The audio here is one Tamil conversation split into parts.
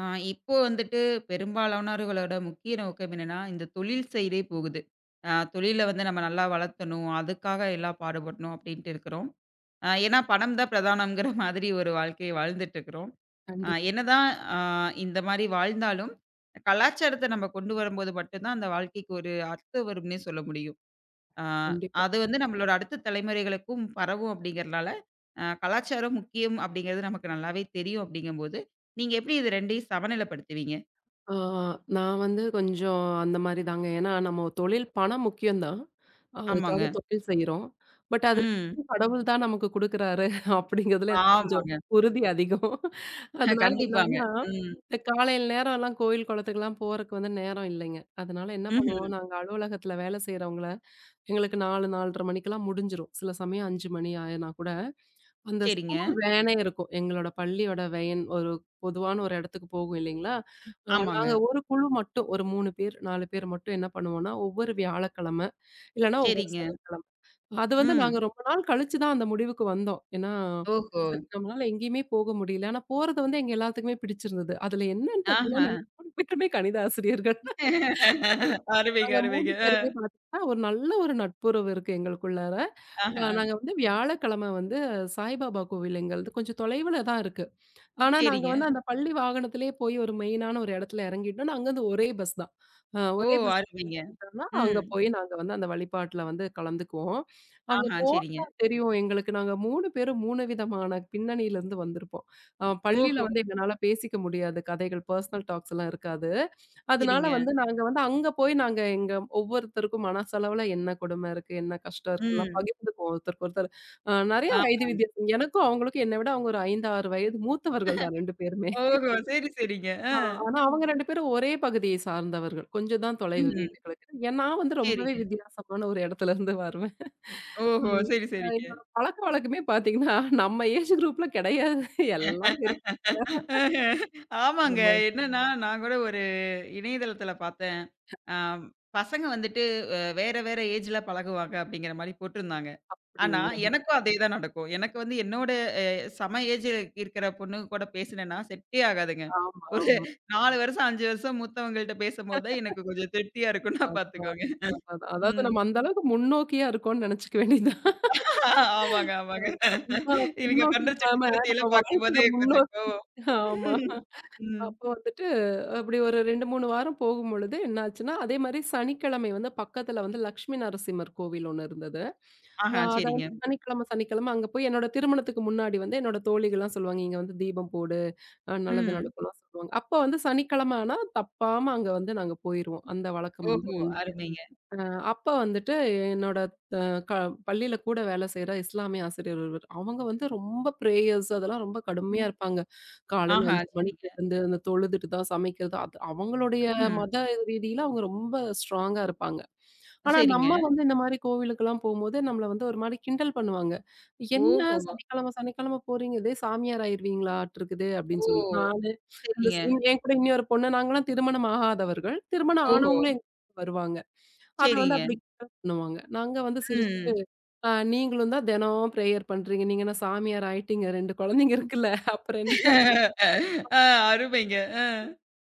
ஆ இப்போ வந்துட்டு பெரும்பாலானவர்களோட முக்கிய நோக்கம் என்னன்னா, இந்த தொழில் சைடே போகுது. தொழில வந்து நம்ம நல்லா வளர்த்தணும், அதுக்காக எல்லாம் பாடுபடணும் அப்டின்ட்டு இருக்கிறோம். ஏன்னா பணம் தான் பிரதானம்ங்கிற மாதிரி ஒரு வாழ்க்கைய வாழ்ந்துட்டு இருக்கிறோம். கண்டிப்பா, என்னதான். அ இந்த மாரி வாழ்ந்தாலும், கலாச்சாரத்த நம்ம கொண்டு வரும்போது மட்டும் தான் அந்த வாழ்க்கைக்கு ஒரு அர்த்தம் வரும்னே சொல்ல முடியும். ஆ கண்டிப்பா. அது வந்து நம்மளோட அடுத்த தலைமுறைகளுக்கும் பரவும் அப்படிங்கிறனால, கலாச்சாரம் முக்கியம் அப்படிங்கிறது நமக்கு நல்லாவே தெரியும் அப்படிங்கும்போது, நீங்க எப்படி இது 2யும் சமநிலைப்படுத்துவீங்க? ஆ நான் வந்து கொஞ்சம் அந்த மாரி தாங்க. ஏன்னா நம்ம தொழில் பணம் முக்கியம் தான். ஆமாங்க. அதுக்காக தொழில் செய்றோம். பட் அது ம். கடவுள் தான் நமக்கு குடுக்குறாரு அப்படிங்கிறதுல எனக்கு கொஞ்சம் ஆமாங்க. உறுதி அதிகம். அதனால கண்டிப்பாங்க. என்னன்னா, ம். இந்த காலையில நேரம்லாம் கோயில் குளத்துக்குலாம் போறக்கு வந்து நேரம் இல்லைங்க. அதனால என்ன ம்ஹ்ம். பண்ணுவோம், நாங்க அலுவலகத்துல வேலை செய்றவங்கள எங்களுக்கு 4, 4:30 மணிக்கெல்லாம் முடிஞ்சிரும். சில சமயம் 5 மணி ஆனா கூட. அந்த சரிங்க. ஸ்கூல் வேனே இருக்கும். எங்களோட பள்ளியோட வேன் ஒரு பொதுவான ஒரு இடத்துக்கு போகும் இல்லைங்களா? ஆமாங்க. நாங்க ஒரு குழு மட்டும் ஒரு 3 பேர், 4 பேர் மட்டும் என்ன பண்ணுவோம்னா, ஒவ்வொரு வியாழக்கிழமை, இல்லன்னா ஒவ்வொரு சரிங்க. சனிக்கிழமை. அது வந்து ம். நாங்க ரொம்ப நாள் கழிச்சு தான் அந்த முடிவுக்கு வந்தோம். ஏன்னா, ஓஹோ! சரி நம்மளால எங்கேயுமே போக முடியல. ஆனா போறது வந்து எங்க எல்லாத்துக்குமே பிடிச்சிருந்தது. அதுல என்னன்னு பார்த்தீங்கன்னா, ஆஹா. நாங்க 3 பேருமே கணித ஆசிரியர்கள். அருமைங்க, நாங்க 3 அருமைங்க. அ. பேருமே பார்த்தீங்கன்னா, ஒரு நல்ல ஒரு நட்புறவு இருக்கு எங்களுக்குள்ளார. ஆஹா. நாங்க வந்து வியாழக்கிழமை வந்து சாய்பாபா கோவில் எங்கள்து கொஞ்சம் தொலைவுல தான் இருக்கு. ஆனா நாங்க சரிங்க. வந்து அந்த பள்ளி வாகனத்திலேயே போய் ஒரு மெயினான ஒரு இடத்துல இறங்கிட்டோம்னா, அங்கருந்து ஒரே பஸ் தான். ஓ! ஒரே பஸ் அருமைங்க. விட்டோம்னா, அங்க ம். போய் நாங்க வந்து அந்த வழிபாட்டுல வந்து கலந்துக்குவோம். அங்க ஆஹா. சரிங்க. போட்டா தெரியும் எங்களுக்கு. நாங்க 3 பேரும் 3 விதமான பின்னணியிலருந்து வந்திருப்போம். பள்ளியில ஓஹோ! வந்து எங்கனால பேசிக்க முடியாது. கதைகள், பர்சனல் டாக்ஸ் எல்லாம் இருக்காது. அதனால சரிங்க. வந்து நாங்க வந்து அங்க போய் நாங்க எங்க ஒவ்வொருத்தருக்கும் மனசளவுல என்ன கொடுமை இருக்கு, என்ன கஷ்டம் இருக்கு எல்லாம் ம். பகிர்ந்துக்குவோம் ஒருத்தருக்கு ஒருத்தர். நெறைய ஆ. வயது வித்தியாசம். எனக்கும் அவங்களுக்கும் என்ன விட அவங்க ஒரு 5, 6 வயது மூத்தவர்கள் தான் 2 பேருமே. ஓஹோ! சரி, சரிங்க. ஆ, அ. ஆனா அவங்க 2 பேரும் ஒரே பகுதியை சார்ந்தவர்கள். கொஞ்சம் தான் தொலைவு ம்ஹ்ம். வீட்டுகளுக்கு. ஏன் நான் வந்து ரொம்பவே சரிங்க. வித்தியாசமான ஒரு இடத்துல இருந்து வருவேன். ஓஹோ! ம். சரி, அ சரிங்க. என்னோட பழக்கவழக்கமே பார்த்தீங்கன்னா, நம்ம ஏஜ் குரூப்ல கிடையாது. எல்லாம் பெரிய அஹ. ஆமாங்க. நம்ம என்னன்னா, நான் கூட ஒரு இணையதளத்தில பார்த்தேன். அ பசங்க வந்துட்டு வேற ஏஜ்ல பழகுவாங்க அப்படிங்கிற மாரி போட்டிருந்தாங்க. ஆனா, அப்படிங்களா? எனக்கும் அதே தான் நடக்கும். எனக்கு வந்து என்னோட அ சம ஏஜ் இருக்கிற பொண்ணுங்க கூட பேசினேன்னா, செட்டே ஆகாதுங்க. ஆமா, ஒரு ஆமா. 4 வருஷம், 5 வருஷம் மூத்தவங்கள்ட்ட பேசும்போது தான் எனக்கு கொஞ்சம் திருப்தியா இருக்கும்னா அதுதான், பார்த்துக்கோங்க. அதுதான், அதான். அதாவது ம். நம்ம அந்த அளவுக்கு முன்னோக்கியா இருக்கோம்னு நினைச்சுக்க வேண்டியது தான். ஆமாங்க, ஆமாங்க. ஆமா. பின்னா இவங்க பின்னோக்கி பண்ற இல்லாம நம்ம சுட்டித்தனத்தையெல்லாம் வாழ்க்கைய பார்க்கும்போது கொஞ்சம் முன்னோக்கி கோவம். ஆமா. அப்போ ம். வந்துட்டு, அப்படி ஒரு 2, 3 வாரம் போகும்பொழுது என்னாச்சுன்னா, அதே மாரி சனிக்கிழமை வந்து பக்கத்துல வந்து லட்சுமி நரசிம்மர் கோவில் ஒண்ணு இருந்தது. ஆஹா, அத சரிங்க. வந்து சனிக்கிழம அங்க போய் என்னோட திருமணத்துக்கு முன்னாடி வந்து என்னோட தோழிகள்லாம் சொல்லுவாங்க, "இங்க வந்து தீபம் போடு, நல்லது ம். நடக்கும்லாம்" சொல்லுவாங்க. அப்ப வந்து சனிக்கிழம ஆனா தப்பாம அங்க வந்து நாங்க போயிருவோம். அந்த வழக்கம் வந்து ஓஹோ! உண்டு. அருமைங்க. அ அப்ப வந்துட்டு என்னோட அ க பள்ளியில கூட வேலை செய்ற இஸ்லாமிய ஆசிரியர் ஒருவர். அவங்க வந்து ரொம்ப பிரேயர்ஸ் அதெல்லாம் ரொம்ப ம். கடுமையா இருப்பாங்க. காலையில ஆஹா, 5 சரிங்க. மணிக்கு எழுந்து அந்த தொழுதுட்டு தான் சமைக்கிறது. அது அவங்களுடைய ம்ஹ்ம். மத ரீதியில அவங்க ரொம்ப ஸ்ட்ராங்கா இருப்பாங்க. ஆனா சரிங்க. நம்ம வந்து இந்த மாரி கோவிலுக்கெல்லாம் போம்போது நம்மள வந்து ஒரு மாரி கிண்டல் பண்ணுவாங்க. "என்ன ஓஹோ! சனிக்கிழமை, சனிக்கிழமை போறீங்க, இதே சாமியார் ஆயிருவீங்களாட்டுருக்குது" அப்படின்னு சொல்லி. ஓ! நானு அந்த சரிங்க. என் கூட இன்னொரு பொண்ணு நாங்கலாம் திருமணம் ஆகாதவர்கள். திருமணம் ஓஹோ! ஆனவங்களும் எங்க வீட்டுக்கு வருவாங்க. அத வந்து சரிங்க. அப்படி பண்ணுவாங்க. நாங்க வந்து சிரிச்சுட்டு, ம். நீங்களும் தான் தினம் பிரேயர் பண்றீங்க. நீங்க என்ன சாமியார் ஆயிட்டீங்க. 2 குழந்தைங்க இருக்குல்ல. அப்புறம் என்ன?" ஆ அருமைங்க. ஆ.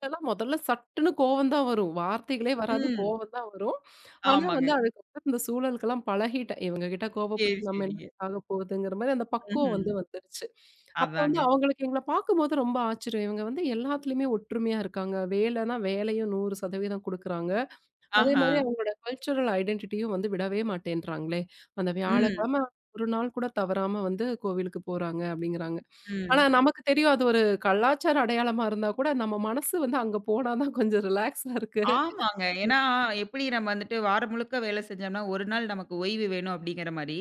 அதெல்லாம் முதல்ல சட்டுன்னு கோவம் தான் வரும். வார்த்தைகளே வராது. ம். கோவம் தான் வரும். ஆனா வந்து ஆமாங்க. அதுக்கப்புறம் இந்த சூழலுக்கெல்லாம் பழகிட்டேன். இவங்க கிட்ட சரி, கோவப்பட்டு நம்ம என்ன சரிங்க. ஆக போகுதுங்கிற மாரி அந்த பக்குவம் ம்ஹ்ம். வந்து வந்துருச்சு. அப்போ வந்து அதாங்க. அவங்களுக்கு எங்கள பார்க்கும்போது ரொம்ப ஆச்சரியம். இவங்க வந்து எல்லாத்துலயுமே ஒற்றுமையா இருக்காங்க. வேலைன்னா வேலையும் 100% குடுக்குறாங்க. அதே ஆஹா. மாரி அவங்களோட கல்ச்சுரல் ஐடென்டிட்டியும் வந்து விடவே மாட்டேன்றாங்களே. அந்த ம். வியாழக்கிழம ஒரு நாள் கூட தவறாம வந்து கோவிலுக்கு போறாங்க அப்டிங்கிறாங்க. ஆனா ம். நமக்கு தெரியும் அது ஒரு கலாச்சார அடையாளமா இருந்தா கூட நம்ம மனசு வந்து அங்க போனா தான் கொஞ்சம் ரிலாக்ஸா இருக்கு. ஆமாங்க. ஏன்னா, எப்படி நம்ம வந்துட்டு வாரம் முழுக்க வேலை செஞ்சோம்னா, ஒரு நாள் நமக்கு ஓய்வு வேணும் அப்படிங்கிற மாரி,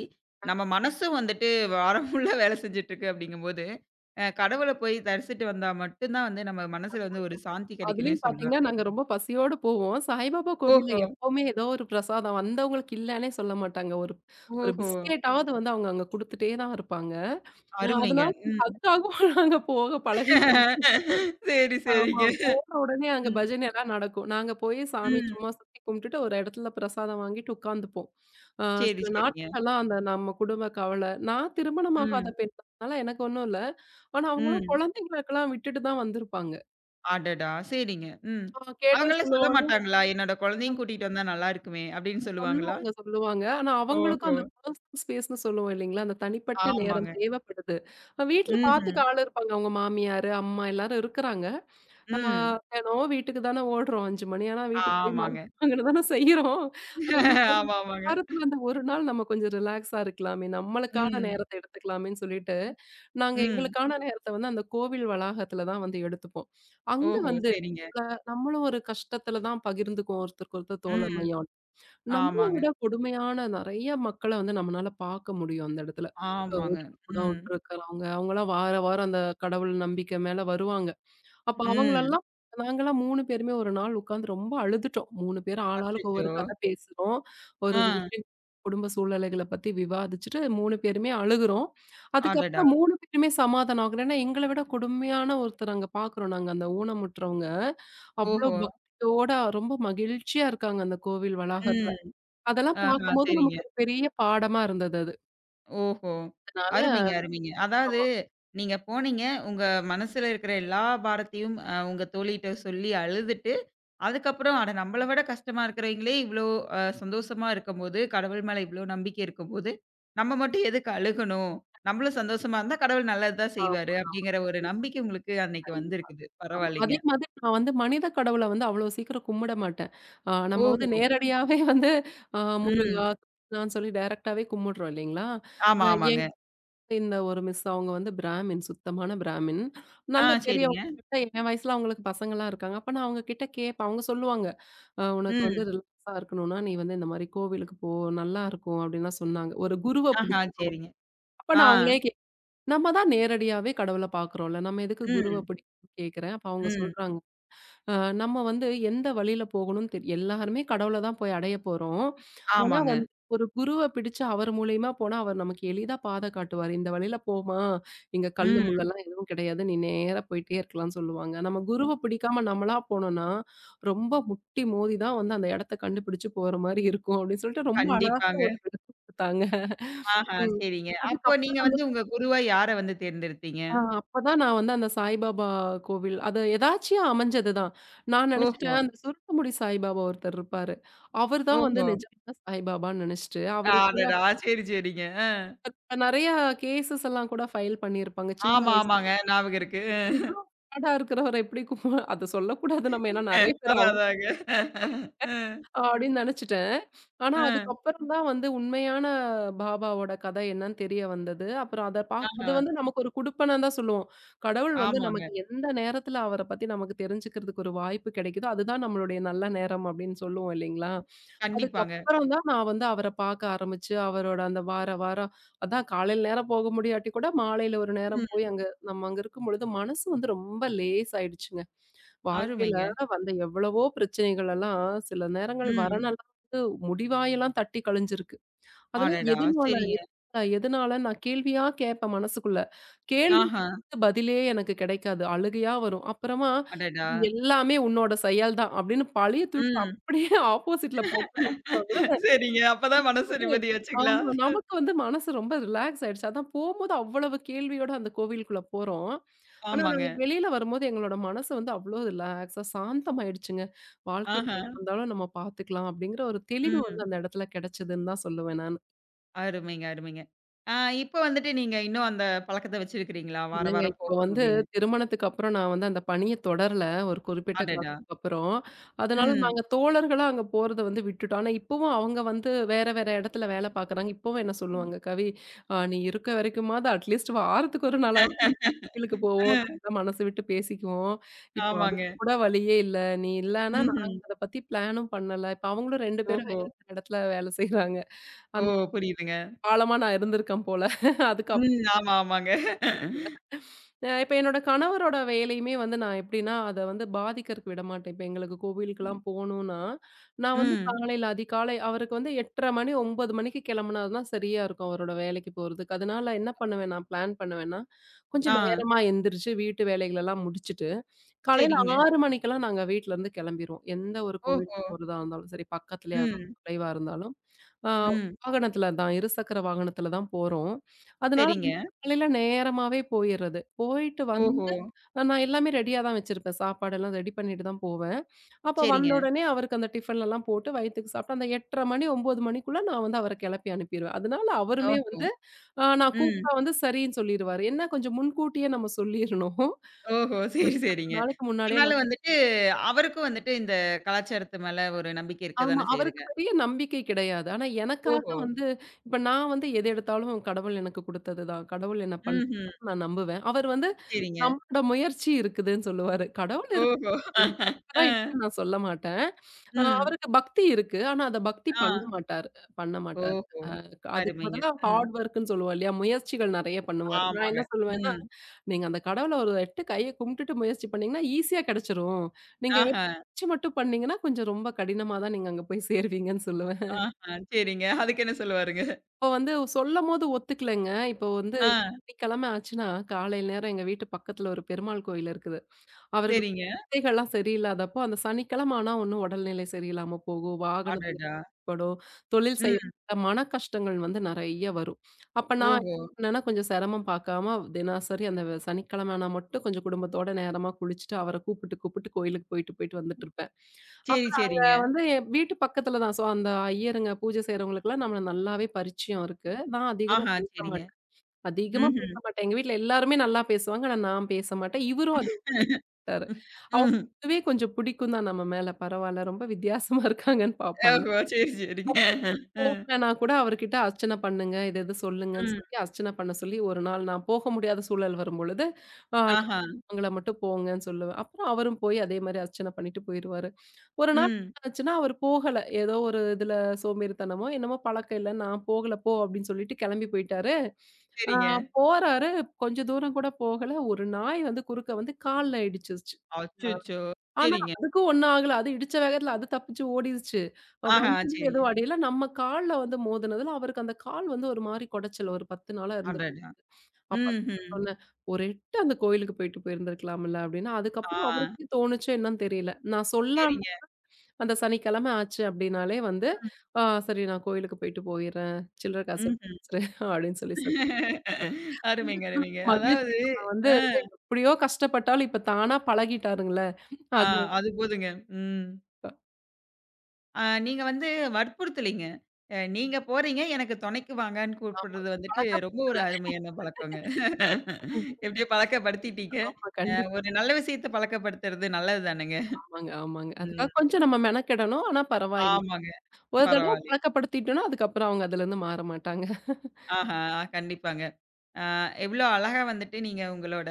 நம்ம மனசும் வந்துட்டு வாரம் ஃபுல்லா வேலை செஞ்சுட்டுருக்கு அப்படிங்கும்போது, கடவுள போய் தரிசிட்டு வந்தா மட்டும் தான் வந்து நம்ம மனசுல வந்து ஒரு சாந்தி கிடைக்கும்னே அதுலயும் பார்த்தீங்கன்னா, சொல்லாங்க. நாங்க ரொம்ப பசியோடு போவோம். சாய்பாபா கோவில்ல ஓஹோ! எப்பவுமே ஏதோ ஒரு பிரசாதம் வந்தவங்களுக்கு இல்லன்னே சொல்ல மாட்டாங்க. ஒரு ஒரு ஓஹோ! பிஸ்கெட்டாவது வந்து அவங்க அங்க குடுத்துட்டே தான் இருப்பாங்க. அருமைங்க. அதனால ம். அதுக்காகவும் நாங்க போக பழகிட்டோம். சரி, ஆமா. சரிங்க. போன உடனே அங்க ம், பஜனை எல்லாம் நடக்கும். நாங்க போய் சாமி ம். சும்மா சுத்தி கும்பிட்டுட்டு ஒரு இடத்துல பிரசாதம் வாங்கிட்டு உட்காந்துப்போம். அ சரி, சில சரிங்க. நாட்கள்லாம் அந்த நம்ம குடும்ப கவலை. நான் திருமணமாகாத ம், பெண்ணால எனக்கு ஒண்ணும் இல்ல. ஆனா அவங்களும் ம். குழந்தைங்களுக்கெல்லாம் விட்டுட்டு தான் வந்திருப்பாங்க. அடடா! சரிங்க. ம். கேட்டா அவங்கலாம் சொல்ல சொல்லுவாங்க. மாட்டாங்களா? "என்னோட குழந்தையும் கூட்டிட்டு வந்தா நல்லா இருக்குமே" அப்படின்னு சொல்லுவாங்களா? சொல்லுவாங்க, சொல்லுவாங்க. ஆனா அவங்களுக்கும் ஓஹோ! அந்த பர்சனல் ஸ்பேஸ்ன்னு சொல்லுவோம் இல்லைங்களா? அந்த தனிப்பட்ட நேரம் ஆமாங்க. தேவைப்படுது. வீட்ல ம்ஹ்ம். பார்த்துக்க ஆள் இருப்பாங்க. அவங்க மாமியாரு, அம்மா எல்லாரும் இருக்கிறாங்க. ஆ ம். தினம் வீட்டுக்கு தானே ஓடுறோம். 5 மணி ஆனா வீட்டுக்கு போய் ஆமாங்க. மார்க் வாங்கன்னு தானே செய்றோம். இன்னைக்கு ஒரு ஆமா, ஆமாங்க. வாரத்துல அந்த ஒரு நாள் நம்ம கொஞ்சம் ரிலாக்ஸா இருக்கலாமே, நம்மளுக்கான ம். நேரத்த எடுத்துக்கலாமேன்னு சொல்லிட்டு, நாங்க ம். எங்களுக்கான நேரத்த வந்து அந்த கோவில் வளாகத்துல தான் வந்து எடுத்துப்போம். அங்க ஓஹோ! வந்து சரிங்க. அ நம்மளும் ஒரு கஷ்டத்துல தான் பகிர்ந்துக்குவோம் ஒருத்தருக்கு ஒருத்தர் ம். தோழமையோட. நம்மள ஆமாங்க, விட கொடுமையான நெறைய மக்கள வந்து நம்மனால பார்க்க முடியும் அந்த இடத்துல. ஆமாங்க. உடல் ம். ஊனமுற்று இருக்கிறவங்க, அவங்கலாம் வார வாரம் அந்த கடவுள் நம்பிக்கை மேல வருவாங்க. அப்ப ம். அவங்களெல்லாம் நாங்கலாம் 3 பேருமே ஒரு நாள் உட்காந்து ரொம்ப அழுதுட்டோம். 3 பேரும் ஆளாளுக்கு ஒவ்வொரு அச்சச்சோ! கதை பேசுறோம். ஒரு ஒரு ஆ. விஷயம் குடும்ப சூழ்நிலைகள பத்தி விவாதிச்சுட்டு 3 பேருமே அழுகுறோம். அடடா! அதுக்கப்புறம் 3 பேருமே சமாதானம் ஆகுறோம். ஏன்னா, எங்கள விட கொடுமையான ஒருத்தர் அங்க பார்க்குறோம் நாங்க அந்த ஊனமுற்றவங்க. அவ்ளோ ஓஹோ! பக்தியோட ரொம்ப மகிழ்ச்சியா இருக்காங்க அந்த கோவில் வளாகத்துல. ம். அதெல்லாம் ஆஹா! பார்க்கும்போது சரிங்க. நமக்கு ஒரு பெரிய பாடமா இருந்தது அது. ஓஹோ! அதனால அருமைங்க, அருமைங்க. அதாவது ஆமா. நீங்க போனீங்க. உங்க மனசுல இருக்கிற எல்லா பாரத்தையும் உங்க தோழிட்ட சொல்லி அழுதுட்டு அதுக்கப்புறம், அட நம்மள விட கஷ்டமா இருக்கிறவைங்களே இவ்ளோ சந்தோஷமா இருக்கும்போது, கடவுள் மேல இவ்ளோ நம்பிக்கை இருக்கும்போது, நம்ம மட்டும் எதுக்கு அழுகணும்? நம்மளும் சந்தோஷமா இருந்தா கடவுள் நல்லது தான் ஆ செய்வாரு. அப்படிங்கிற ஒரு நம்பிக்கை உங்களுக்கு அன்னைக்கு கண்டிப்பா. வந்திருக்குது. ஆமா. அதே பரவாயில்லைங்க. மாதிரி நான் வந்து மனித கடவுள வந்து அவ்ளோ சீக்கிரம் கும்பிட மாட்டேன். நம்ம வந்து ஓஹோ! நேரடியாவே வந்து ம். முருகா, கிருஷ்ணான்னு சொல்லி டைரக்ட்டாவே கும்பிடுறோம் இல்லைங்களா? ஆமா, அ ஆமாங்க. என்கிட்ட இந்த ஒரு மிஸ் அவங்க வந்து பிராமின், சுத்தமான பிராமின். ஆ நல்ல சரிங்க. பெரியவங்க கிட்ட என் வயசுல அவங்களுக்கு பசங்கலாம் இருக்காங்க. அப்ப நான் அவங்க கிட்ட கேட்பேன். அவங்க சொல்லுவாங்க. "உனக்கு வந்து ம். ரிலாக்ஸா இருக்கணும்னா, நீ வந்து இந்த மாரி கோவிலுக்கு போ. நல்லா இருக்கும்." அப்படின்லாம் சொன்னாங்க. "ஒரு குருவ ஆஹா புடிச்சுக்கோ." சரிங்க. அப்ப ஆ. நான் அவங்களே கே நம்ம தான் நேரடியாவே கடவுள பார்க்குறோம்ல. நம்ம எதுக்கு குருவ ம். பிடிக்கணும்னு கேட்கிறேன். அப்ப அவங்க ம். சொல்றாங்க. அ நம்ம வந்து எந்த வழியில போகணும்னு தெரி எல்லாருமே கடவுள தான் போய் அடைய போறோம். ஆனா ஆமாங்க. வந்து ஒரு குருவ பிடிச்சு அவர் மூலியமா போனா, அவர் நமக்கு எளிதா பாத காட்டுவாரு. இந்த வழியில போம்மா, இங்க கல்லு ம். முள்ளெல்லாம் எதுவும் கிடையாது. நீ நேரா போயிட்டே இருக்கலாம்னு சொல்லுவாங்க. நம்ம குருவ பிடிக்காம நம்மளா போனோம்னா, ரொம்ப முட்டி மோதி தான் வந்து அந்த இடத்த கண்டுபிடிச்சு போற மாரி இருக்கும். அப்படின்னு சொல்லிட்டு ரொம்ப அழகா கண்டிப்பாங்க. ஒரு விளக்கம் குடுத்தாங்க. ஆஹா ம். சரிங்க. அப்போ நீங்க அதுக்கப்புறம் வந்து உங்க குருவா யார வந்து தேர்ந்தெடுத்தீங்க? ஆ அப்பதான் நான் வந்து அந்த சாய்பாபா கோவில் அது எதார்ச்சியா அமைஞ்சதுதான். நான் ஓஹோ! நெனச்சுட்டேன் அந்த சுருட்ட முடி சாய்பாபா ஒருத்தர் இருப்பாரு. அவர் தான் வந்து ஓஹோ! நிஜமான சாய்பாபான்னு நெனச்சுட்டு, அவரு கூட அடடா! சரி, சரிங்க. ஆ. நெறைய கேஸஸ் எல்லாம் கூட ஃபைல் பண்ணியிருப்பாங்க சின்ன ஆமா, வயசுல. ஆமாங்க. ஞாபகம் இருக்கு. இவ்ளோ ஃப்ராடா இருக்கிறவர எப்படி கூ அத சொல்லக்கூடாது நம்ம ஏன்னா நெறைய பேர் அதான், அதாங்க. அ, அப்படின்னு நெனச்சுட்டேன். ஆனா அ, அதுக்கப்புறம் தான் வந்து உண்மையான பாபாவோட கதை என்னன்னு தெரிய வந்தது. அப்புறம் அத பா அது ஆஹா. வந்து நமக்கு ஒரு குடுப்பனன்னு தான் சொல்லுவோம். கடவுள் வந்து ஆமாங்க. நமக்கு எந்த நேரத்துல அவர பத்தி நமக்கு தெரிஞ்சுக்கிறதுக்கு ஒரு வாய்ப்பு கிடைக்குதோ, அதுதான் நம்மளுடைய நல்ல நேரம் அப்படின்னு சொல்லுவோம் இல்லைங்களா? கண்டிப்பாங்க. அதுக்கப்புறம் தான் நான் வந்து அவர பாக்க ஆரம்பிச்சு, அவரோட அந்த வார வாரம் அதான் காலையில நேரம் போக முடியாட்டி கூட மாலையில ஒரு நேரம் போய் ம். அங்க நம்ம அங்க இருக்கும்பொழுது மனசு வந்து ரொம்ப லேஸ் ஆயிடுச்சுங்க. வாழ்க்கையில அருமைங்க. வந்த எவ்வளவோ பிரச்சனைகள் எல்லாம் சில நேரங்கள் ம். வரனெல்லாம் வந்து முடிவாயெல்லாம் தட்டி கழிஞ்சிருக்கு. அதெல்லாம் அடடா! எதுனால சரிங்க. எதனால நான் கேள்வியா கேட்பேன் மனசுக்குள்ள. ஆஹா. கேள்விக்கு பதிலே எனக்கு கிடைக்காது. அழுகையா வரும். அப்புறமா அடடா! "இது எல்லாமே உன்னோட செயல் தான்" அப்படின்னு பழிய தூக்கி ம். அப்படியே ஆப்போசிட்ல போட்டுன்னு வச்சுக்கோங்களேன். சரிங்க. அப்பதான் மனசு வந்து நிம்மதியாச்சுங்களா? ஆமா. நமக்கு வந்து மனசு ரொம்ப ரிலாக்ஸ் ஆயிடுச்சு. அதான் போம்போது அவ்வளவு கேள்வியோட அந்த கோவிலுக்குள்ள போறோம். ஆனா, நாங்க ஆமாங்க. வெளியில வரும்போது எங்களோட மனசு வந்து அவ்ளோ ரிலாக்ஸா சாந்தமாயிடுச்சுங்க. வாழ்க்கையில ஆஹா. எது வந்தாலும் நம்ம பாத்துக்கலாம் அப்படிங்கிற ஒரு தெளிவு வந்து ம். அந்த இடத்துல கிடைச்சதுன்னு தான் சொல்லுவேன் நான். அருமைங்க, அருமைங்க. ஆ இப்ப வந்துட்டு நீங்க இன்னும் அந்த பழக்கத்த வச்சிருக்கிறீங்களா? வார இல்லங்க. வாரம் இப்போ போகணும் வந்து அப்படின்னு. திருமணத்துக்கு அப்புறம் நான் வந்து அந்த பணிய தொடரல. ஒரு குறிப்பிட்ட அடடா! காலத்துக்கு அப்புறம். அதனால ம். நாங்க தோழர்களா அங்க போறத வந்து விட்டுட்டோம். ஆனா இப்பவும் அவங்க வந்து வேற வேற இடத்துல வேல பார்க்குறாங்க. இப்பவும் என்ன சொல்லுவாங்க, "கவி, நீ இருக்க வரைக்குமாவது அட்லீஸ்ட் வாரத்துக்கு ஒரு நாளாவது நம்ம கோவிலுக்கு போவோம். அ, நம்மலாம் மனசு விட்டு பேசிக்குவோம். இப்போ ஆமாங்க. அதுக்கு கூட வழியே இல்ல. நீ இல்லன்னா ம்ஹ்ம். நாங்க அத பத்தி பிளானும் பண்ணல." இப்ப அவங்களும் 2 பேரும் ஓஹோ! வேற வேற இடத்துல வேல செய்றாங்க. ஓ! அந்த புரியுதுங்க. பாலமா நான் இருந்திருக்கேன் போல. அதுக்கு ம். ஆமா, ஆமாங்க. அப் அ இப்ப என்னோட கணவரோட வேலையுமே வந்து நான் எப்படின்னா, அத வந்து பாதிக்கறக்கு விடமாட்டேன். இப்ப எங்களுக்கு கோவிலுக்கெல்லாம் போணும்னா, நான் வந்து ம். காலையில அதிகாலை அவருக்கு வந்து 8:30 மணி 9:00 மணிக்கு கிளம்புனா தான் சரியா இருக்கும் அவரோட வேலைக்கு போறதுக்கு. அதனால என்ன பண்ணுவேன் நான் பிளான் பண்ணுவேன்னா, கொஞ்சம் ஆ. நேரமா எந்திரிச்சு வீட்டு வேலைகளெல்லாம் முடிச்சுட்டு, காலையில சரிங்க. 6 மணிக்கெல்லாம் நாங்க வீட்லருந்து கிளம்பிருவோம். எந்த ஒரு கோவிலுக்கு ஓஹோ! போறதா இருந்தாலும் சரி, பக்கத்துலயா இருந்தாலும், ம், தொலைவா இருந்தாலும், ஆ ம். வாகனத்துல தான் இருசக்கர வாகனத்துல தான் போறோம். அதனால சரிங்க. வந்து காலையில நேரமாவே போயிறது. போயிட்டு ஓஹோ! வந்து நான் எல்லாமே ரெடியா தான் வச்சிருப்பேன். சாப்பாடெல்லாம் ரெடி பண்ணிட்டு தான் போவேன். அப்ப வந்த சரிங்க. உடனே அவருக்கு அந்த டிஃபன்லலாம் போட்டு வயித்துக்கு சாப்பிட்டு, அந்த 8:30 மணி 9 மணிக்குள்ள நான் வந்து அவர கிளப்பி அனுப்பிருவேன். அதனால அவருமே ஓஹோ! வந்து நான் ம். கூப்பிட்டா வந்து சரின்னு சொல்லிருவாரு. ஏன்னா கொஞ்சம் முன்கூட்டியே நம்ம சொல்லிரணும். ஓஹோ! சரி, சரிங்க. நாளைக்கு முன்னாடியே ஆனாலும் வந்துட்டு, அவருக்கும் வந்துட்டு இந்த கலாச்சாரத்து மேல ஒரு நம்பிக்கை இருக்க ஆமா. தானே அவருக்கு செய்யுதுங்க. பெரிய நம்பிக்கை கிடையாது. ஆனா எனக்காக ஓஹோ! வந்து இப்ப நான் வந்து எது எடுத்தாலும் கடவுள் எனக்கு குடுத்தது தான். கடவுள் என்ன ம்ஹ்ம். பண்றாருன்னு நான் நம்புவேன். அவர் வந்து சரிங்க. நம்மளோட முயற்சி இருக்குதுன்னு சொல்லுவாரு. கடவுள் இருக்கு. ஓஹோ! இருக்கறதா அ, இல்லன்னு நான் சொல்ல மாட்டேன். ம். அவருக்கு பக்தி இருக்கு. ஆனா அத பக்தி ஆ. பண்ண மாட்டாரு பண்ண மாட்டாரு. ஓஹோ! அ அதுக்கு அருமைங்க. பதிலா ம். ஹார்ட் ஒர்க்ன்னு சொல்லுவோம் இல்லையா? முயற்சிகள் நெறைய பண்ணுவாரு. நான் ஆமாங்க. என்ன சொல்லுவேன்னா, ம். நீங்க அந்த கடவுள ஒரு 8 கைய கும்பிட்டுட்டு முயற்சி பண்ணீங்கன்னா, ஈஸியா கிடைச்சிரும். நீங்க வெறும் ஆஹ, முயற்சி மட்டும் பண்ணீங்கன்னா, கொஞ்சம் ரொம்ப கடினமா தான் நீங்க அங்க போய் சேருவீங்கன்னு சொல்லுவேன். ஆஹ. சரிங்க. அதுக்கு என்ன சொல்லுவாருங்க? அப்ப வந்து சொல்லும்போது ஒத்துக்கலங்க. இப்போ வந்து ஆ, சனிக்கிழமை ஆச்சுன்னா, காலை நேரம் எங்க வீட்டு பக்கத்துல ஒரு பெருமாள் கோயில் இருக்குது. அவருக்கு சரிங்க. குழந்தைகள்லாம் சரியில்லாதப்போ, அந்த சனிக்கிழம ஆனா ஒண்ணும் உடல்நிலை சரியில்லாம போகும். வாகனத்துல அடடா! படும். தொழில் செய்ய ம். மன கஷ்டங்கள் வந்து நெறைய வரும். அப்ப நான் ஓஹோ! என்னன்னா கொஞ்சம் சிரமம் பார்க்காம தினசரி அந்த சனிக்கிழம ஆனா மட்டும் கொஞ்சம் குடும்பத்தோட நேரமா குளிச்சுட்டு, அவர கூப்பிட்டு கூப்பிட்டு கோயிலுக்கு போயிட்டு போயிட்டு வந்துட்டுருப்பேன். சரி, அப்புறம் அங்க சரிங்க. வந்து என் வீட்டு பக்கத்துல தான். ஸோ அந்த ஐயருங்க பூஜை செய்றவங்களுக்கெல்லாம் நம்மள நல்லாவே பரிச்சயம் இருக்கு. நான் அதிகமா ஆஹா, பேச சரிங்க. மாட்டேன். அதிகமா ம்ஹ்ம். பேச மாட்டேன். எங்க வீட்ல எல்லாருமே நல்லா பேசுவாங்க. ஆனா நான் பேச மாட்டேன். இவரும் அதிகமா பேச மாட்டாரு. அவங்களுக்கு ம். இதுவே கொஞ்சம் பிடிக்கும் தான் நம்ம மேல. பரவால்ல ரொம்ப வித்தியாசமா இருக்காங்கன்னு பார்ப்பாங்க. ஓஹோ! சரி, சரிங்க. அ, போகலனா கூட அவர்கிட்ட அர்ச்சனை பண்ணுங்க. இது இது சொல்லுங்கன்னு ம். சொல்லி அர்ச்சனை பண்ண சொல்லி ஒரு நாள் நான் போக முடியாத சூழல் வரும்பொழுது, ஆ ஆஹா. அவங்கள மட்டும் போங்கன்னு சொல்லுவேன். அப்புறம் அவரும் போய் அதே மாரி அர்ச்சனை பண்ணிட்டு போயிருவாரு. ஒரு நாள் ம். என்ன ஆச்சுன்னா, அவரு போகல. ஏதோ ஒரு இதுல சோம்பேறித்தனமோ, என்னமோ பழக்கம் இல்ல. நான் போகல போ அப்படின்னு சொல்லிட்டு கிளம்பி போயிட்டாரு. ஆ சரிங்க. போறாரு. கொஞ்சம் தூரம் கூட போகல. ஒரு நாய் வந்து குறுக்க வந்து கால்ல இடிச்சிருச்சு. அச்சச்சோ! ஆனா சரிங்க. அதுக்கும் ஒண்ணும் ஆகல. அது இடிச்ச வேகத்துல அது தப்பிச்சு ஓடிருச்சு. ஆஹா, வண்டியும் சரிங்க. எதுவும் அடையல. நம்ம கால்ல வந்து மோதுனதுல அவருக்கு அந்த கால் வந்து ஒரு மாரி கொடைச்சல் ஒரு 10 நாளா இருந்துட்டு. அடடா! அப்ப தான் நான் ம்ஹ்ம். சொன்னேன், "ஒரு எட்டு அந்த கோயிலுக்கு போயிட்டு போயிருந்திருக்கலாம்ல" அப்படின்னு. அதுக்கப்புறம் ஆ. அவருக்கே தோணுச்சோ என்னன்னு தெரியல. நான் சொல்ல சரிங்க. அந்த சனிக்கிழமை ஆச்சு அப்படின்னாலே வந்து, "ஆ சரி நான் கோயிலுக்கு போயிட்டு போயிர்றேன். சில்லற காசு எடுத்து ம்ஹ்ம். வச்சுறேன்" அப்படின்னு சொல்லி சொல்லி இது அருமைங்க, ஒரு அருமைங்க. மகிழ்ச்சி. அதாவது நம்ம வந்து அ, எப்படியோ கஷ்டப்பட்டாலும் இப்ப தானா பழகிட்டாருங்களே. ஆ அது அது போதுங்க. ம். நீங்க வந்து வற்புறுத்தலைங்க. நீங்க போறீங்க, எனக்கு துணைக்கு வாங்கன்னு ஆமா கூப்பிடுறது வந்துட்டு பழக்க ரொம்ப ஒரு அருமையான பழக்கங்க. எப்படியோ பழக்கப்படுத்திட்டீங்க. ஆமா கண்டிப்பாங்க, ஒரு நல்ல விஷயத்த பழக்கப்படுத்துறது நல்லது தானங்க. ஆமாங்க. ஆமாங்க அதுக்காக ம். கொஞ்சம் நம்ம மெனக்கெடணும். ஆனா பரவாயில்ல. ஆமாங்க. ஒரு தடவ பரவால்ல. பழக்கப்படுத்திட்டோம்னா, அதுக்கப்புறம் அவங்க அதுலருந்து மாற மாட்டாங்க. ஆஹா! கண்டிப்பாங்க. அ எவ்ளோ அழகா வந்துட்டு நீங்க உங்களோட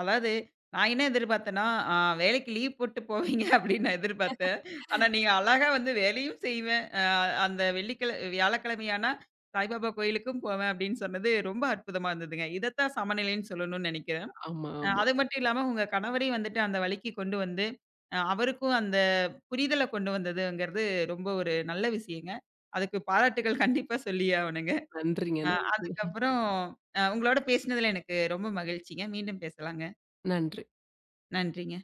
அதாவது நான் என்ன எதிர்பார்த்தேன்னா, அ வேலைக்கு லீவ் போட்டு போவீங்க அப்படின்னு நான் எதிர்பார்த்தேன். ஆனா நீங்க அழகா வந்து வேலையும் செய்வேன். அந்த வியாழக்கிழமையானா சாய்பாபா கோயிலுக்கும் போவேன் அப்படின்னு சொன்னது ரொம்ப அற்புதமா இருந்ததுங்க. இதத்தான் சமநிலைன்னு சொல்லணும்னு நெனைக்கிறேன். ஆமா, ஆமா. அது மட்டும் இல்லாம உங்க கணவரையும் வந்துட்டு அந்த வழிக்கு கொண்டு வந்து, அவருக்கும் அந்த புரிதல கொண்டு வந்ததுங்கிறது ரொம்ப ஒரு நல்ல விஷயங்க. அதுக்கு பாராட்டுகள் கண்டிப்பா சொல்லியே ஆவணுங்க. நன்றிங்க, நன்றி. அதுக்கப்புறம் உங்களோட பேசினதுல எனக்கு ரொம்ப மகிழ்ச்சிங்க. மீண்டும் பேசலாங்க. நன்றி. நன்றிங்க.